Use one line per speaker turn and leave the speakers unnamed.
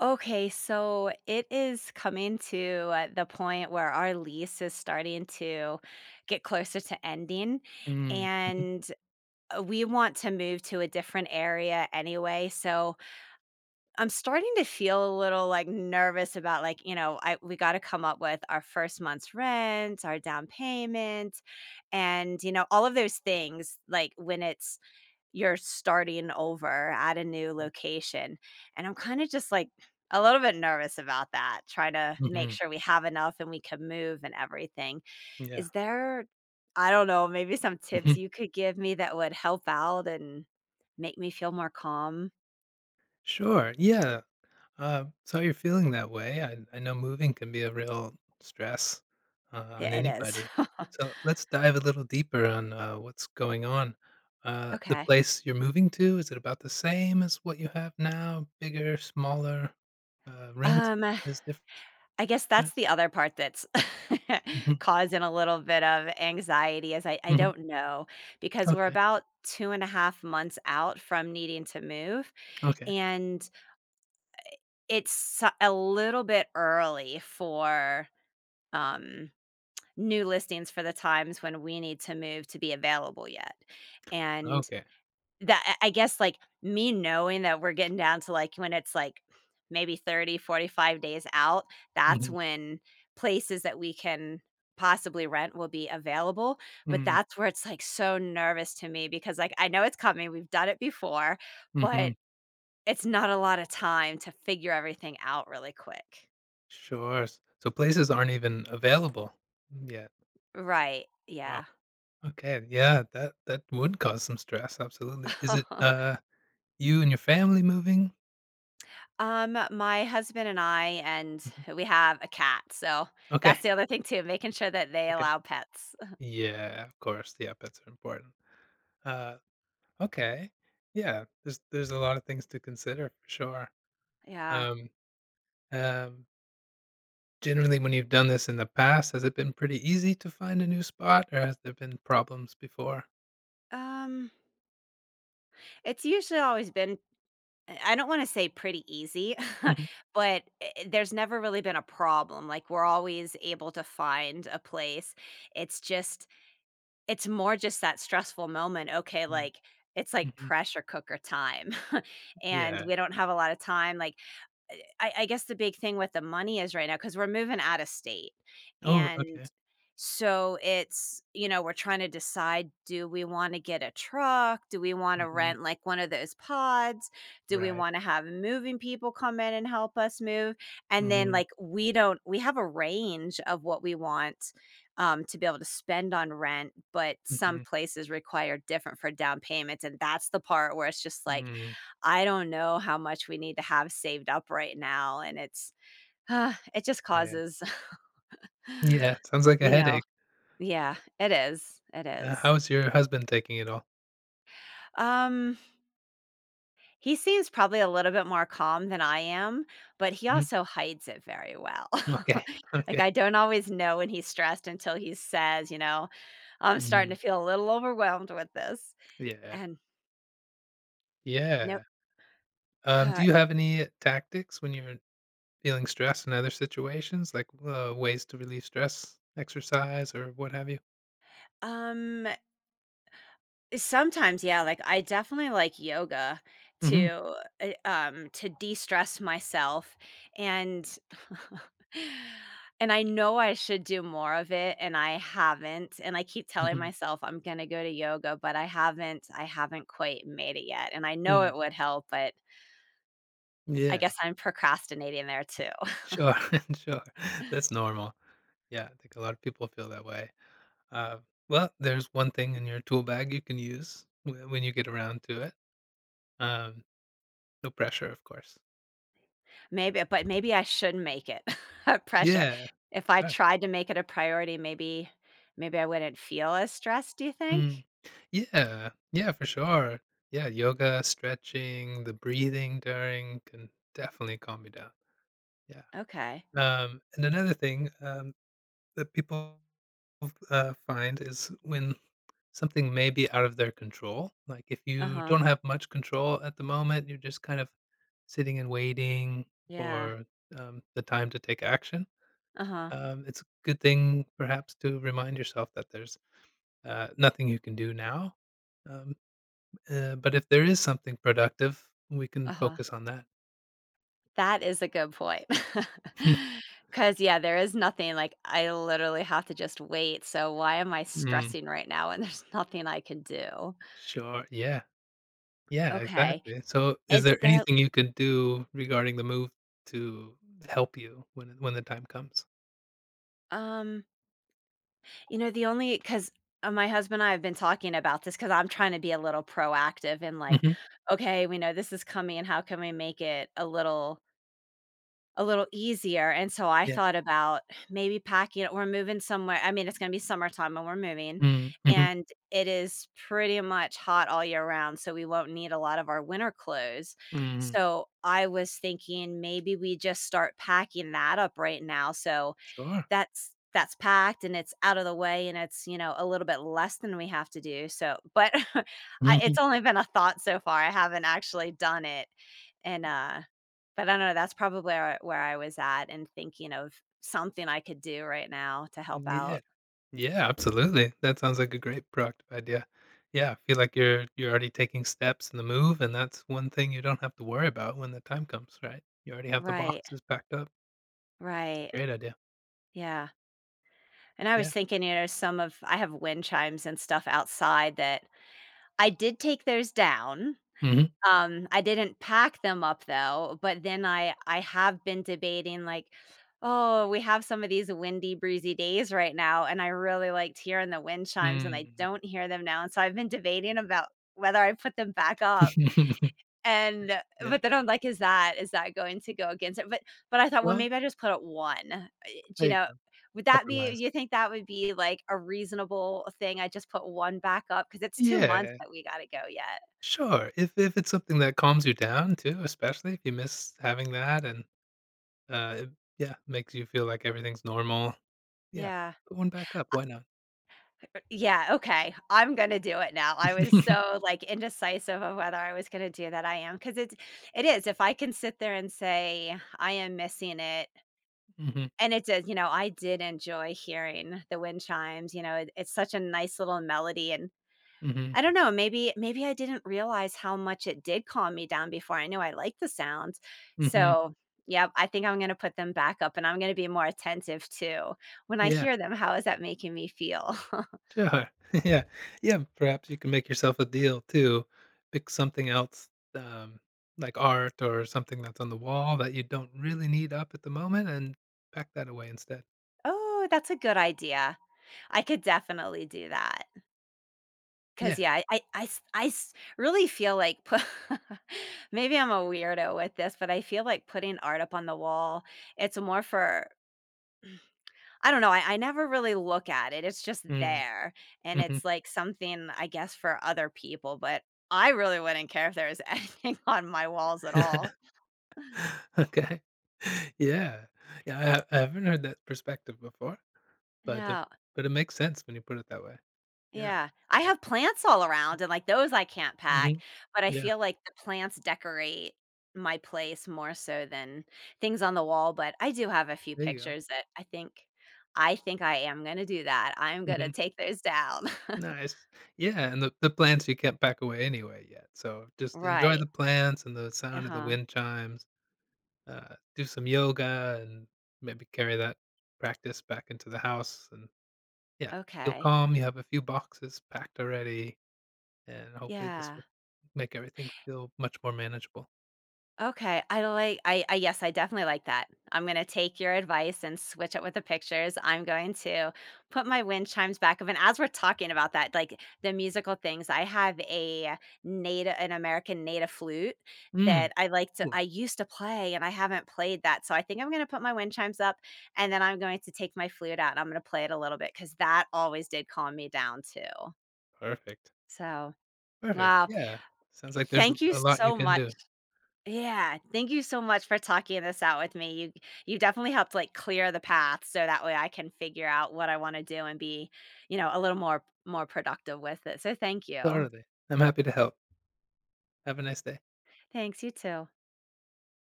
Okay, so it is coming to the point where our lease is starting to get closer to ending,
Mm, mhm,
and we want to move to a different area anyway. So I'm starting to feel a little like nervous about like, you know, I we got to come up with our first month's rent, our down payment, and you know, all of those things like when it's you're starting over at a new location, and I'm kinda just, like, a little bit nervous about that, trying to make
mhm,
sure we have enough and we can move and everything.
yeah,
Is there I don't know, maybe some
mhm,
tips you could give me that would help out and make me feel more calm?
sure, yeah, so you're feeling that way, I know moving can be a real stress, on
Yeah, it is.
anybody, so let's dive a little deeper on, what's going on, the
Okay.
place you're moving to, is it about the same as what you have now? Bigger, smaller, rent
Um
is different?
I guess that's the other part that's
Mhm,
causing a little bit of anxiety I
mhm,
don't know because we're
okay,
about 2.5 months out from needing to move.
okay,
And a little bit early for um, new listings for the times when we need to move to be available yet. And
okay,
that I guess, like, me knowing that we're getting down to, like, when it's, like, maybe 30-45 days out, that's
mhm,
when places that we can possibly rent will be available, but
mm,
that's where it's, like, so nervous to me because, like, I know it's coming, we've done it before, but
mhm,
it's not a lot of time to figure everything out really quick.
sure, s so places aren't even available yet,
Right,
wow.
yeah.
Okay, yeah, that would cause some stress, absolutely. Is it, you and your family moving?
My husband and I and
Mhm.
we have a cat, so
Okay,
that's the other thing too, making sure that they
okay.
allow pets.
Yeah, of course, yeah, pets are important. Uh, okay, yeah, there's a lot of things to consider for sure.
Yeah.
Um, um, generally, when you've done this in the past, has it been pretty easy to find a new spot, or has there been problems before?
Um, it's usually always been I don't wanna say pretty easy,
Mhm.
but I there's never really been a problem, like, we're always able to find a place. It's just it's more just that stressful moment, okay,
Mm,
like, it's like
mhm,
pressure cooker time, and
yeah.
we don't have a lot of time, like, I guess the big thing with the money is right now because 'cause we're moving out of state,
Oh,
and
okay.
so it's you know, we're trying to decide, do we wanna get a truck? Do we wanna
Mhm,
rent, like, one of those pods? Do we
right.
wanna have moving people come in and help us move? And then,
Mhm,
like, we don't we have a range of what we want, to be able to spend on rent, but some
mhm,
places require different for down payments, and that's the part where it's just like,
mm,
I don't know how much we need to have saved up right now, and it just
oh, yeah.
causes
Yeah, sounds like a
you know.
headache.
Yeah, it is, it is.
How's your husband taking it all?
Um, he seems probably a little bit more calm than I am, but he
Mhm.
also hides it very well.
Okay.
Like,
Okay.
I don't always know when he's stressed until he says, you know, "I'm starting
Mhm.
to feel a little overwhelmed with this,"
Yeah.
and no.
Yeah. Do you have any tactics when you're feeling stressed in other situations, like, ways to relieve stress, exercise, or what have you?
Um, Sometimes, yeah, like, I definitely like yoga
Mhm.
to, to de-stress myself, and and I know I should do more of it, and I haven't, and I keep telling
Mhm.
myself I'm gonna go to yoga, but I haven't quite made it yet, and I know
Mm.
it would help, but I
Yeah.
guess I'm procrastinating there too.
Sure. Sure. That's normal. Yeah, I think a lot of people feel that way. Uh, well, there's one thing in your tool bag you can use when you get around to it. Um, no pressure, of course.
Maybe but maybe I should not make it a pressure.
Yeah.
If I
Sure.
tried to make it a priority, maybe I wouldn't feel as stressed, do you
Mm.
think?
Yeah, yeah, for sure. Yeah, yoga, stretching, the breathing during can definitely calm you down. Yeah.
Okay.
And another thing that people find is when something may be out of their control. Like if you
Uh-huh.
don't have much control at the moment, you're just kind of sitting and waiting
Yeah.
for the time to take action.
Uh-huh.
It's a good thing, perhaps, to remind yourself that there's nothing you can do now. Um, but if there is something productive, we can
Uh-huh.
focus on that.
That is a good point, because yeah, there is nothing, like, I literally have to just wait, so why am I
Mm,
stressing right now when there's nothing I can do?
sure. Yeah. Yeah,
Okay,
exactly. So is
is
there
there
anything you could do regarding the move to help you when the time comes?
um, you know, the only because my husband and I have been talking about this because 'cause I'm trying to be a little proactive and, like,
Mhm.
"Okay, we know this is coming, how can we make it a little easier," and so I
Yeah.
thought about maybe packing it we're moving somewhere. I mean, it's gonna be summertime when we're moving,
Mm, mhm,
and it is pretty much hot all year round, so we won't need a lot of our winter clothes.
mhm.
So, I was thinking maybe we just start packing that up right now, so
Sure.
that's packed and it's out of the way and it's, you know, a little bit less than we have to do, so but I
Mhm.
it's only been a thought so far, I haven't actually done it, and, uh but I don't know, that's probably where I was at and thinking of something I could do right now to help
Yeah.
out.
Yeah, absolutely. That sounds like a great productive idea. Yeah, I feel like you're already taking steps in the move, and that's one thing you don't have to worry about when the time comes, right? You already have the
Right,
boxes packed up.
right,
Great idea.
yeah, and I
Yeah.
was thinking, you know, some of I have wind chimes and stuff outside that I did take those down.
Mhm.
I didn't pack them up though, but then I have been debating like, "Oh, we have some of these windy, breezy days right now, and I really liked hearing the wind chimes, and I
Mm.
don't hear them now." And so I've been debating about whether I put them back up. And
Yeah.
but then I'm like, Is that going to go against it?" But I thought, "Well,
Well,
maybe I just put up 1." Do you
there you
know
go,
would that be
compromise.
you think that would be, like, a reasonable thing? I just put 1 back up because it's 2 months
Yeah,
that we gotta go yet.
sure, if it's something that calms you down too, especially if you miss having that and, it yeah, makes you feel like everything's normal. Yeah,
Yeah.
put one back up, why not?
Yeah, okay. I'm gonna do it now. I was so, like, indecisive of whether I was gonna do that, I am because it is, if I can sit there and say, "I am missing it,"
Mhm,
and it did, you know, I did enjoy hearing the wind chimes, you know, it it's such a nice little melody, and
mhm,
I don't know, maybe I didn't realize how much it did calm me down before I knew I liked the sounds,
mhm.
so, yeah, I think I'm gonna put them back up, and I'm gonna be more attentive to when I
Yeah,
hear them, how is that making me feel?
sure. Yeah, yeah, perhaps you can make yourself a deal too. Pick something else, um, like art or something that's on the wall that you don't really need up at the moment and pack that away instead.
Oh, that's a good idea. I could definitely do that. Cause
Yeah.
yeah, I s really feel like pu maybe I'm a weirdo with this, but I feel like putting art up on the wall, it's more for I don't know, I never really look at it, it's just
Mm,
there, and
mhm.
it's like something, I guess, for other people, but I really wouldn't care if there was anything on my walls at all.
Okay. Yeah. Yeah, I haven't heard that perspective before, but the
Yeah.
but it makes sense when you put it that way. Yeah.
Yeah. I have plants all around and, like, those I can't pack,
Mhm.
but I
Yeah.
feel like the plants decorate my place more so than things on the wall, but I do have a few
There you go.
pictures that I think I am gonna do that. I'm gonna
Mhm.
take those down.
Nice. Yeah, and the plants you can't pack away anyway yet, so just enjoy
Right.
the plants and the sound of the
Uh-huh.
wind chimes, do some yoga, and maybe carry that practice back into the house, and, yeah, feel
Okay.
calm, you have a few boxes packed already. And hopefully this
Yeah.
will make everything feel much more manageable.
Okay, I yes, I definitely like that. I'm going to take your advice and switch it with the pictures. I'm going to put my wind chimes back up and as we're talking about that, like the musical things, I have a native an American native flute
Mm,
that
cool.
I used to play and I haven't played that. So I think I'm going to put my wind chimes up and then I'm going to take my flute out and I'm going to play it a little bit cuz that always did calm me down too.
Perfect.
So,
Perfect.
wow.
Yeah. Sounds like there's
Thank you
a lot you
so
can
much.
do.
Yeah, thank you so much for talking this out with me. You definitely helped like clear the path so that way I can figure out what I want to do and be, you know, a little more more productive with it. So thank you.
Totally. I'm happy to help. Have a nice day.
Thanks, you too.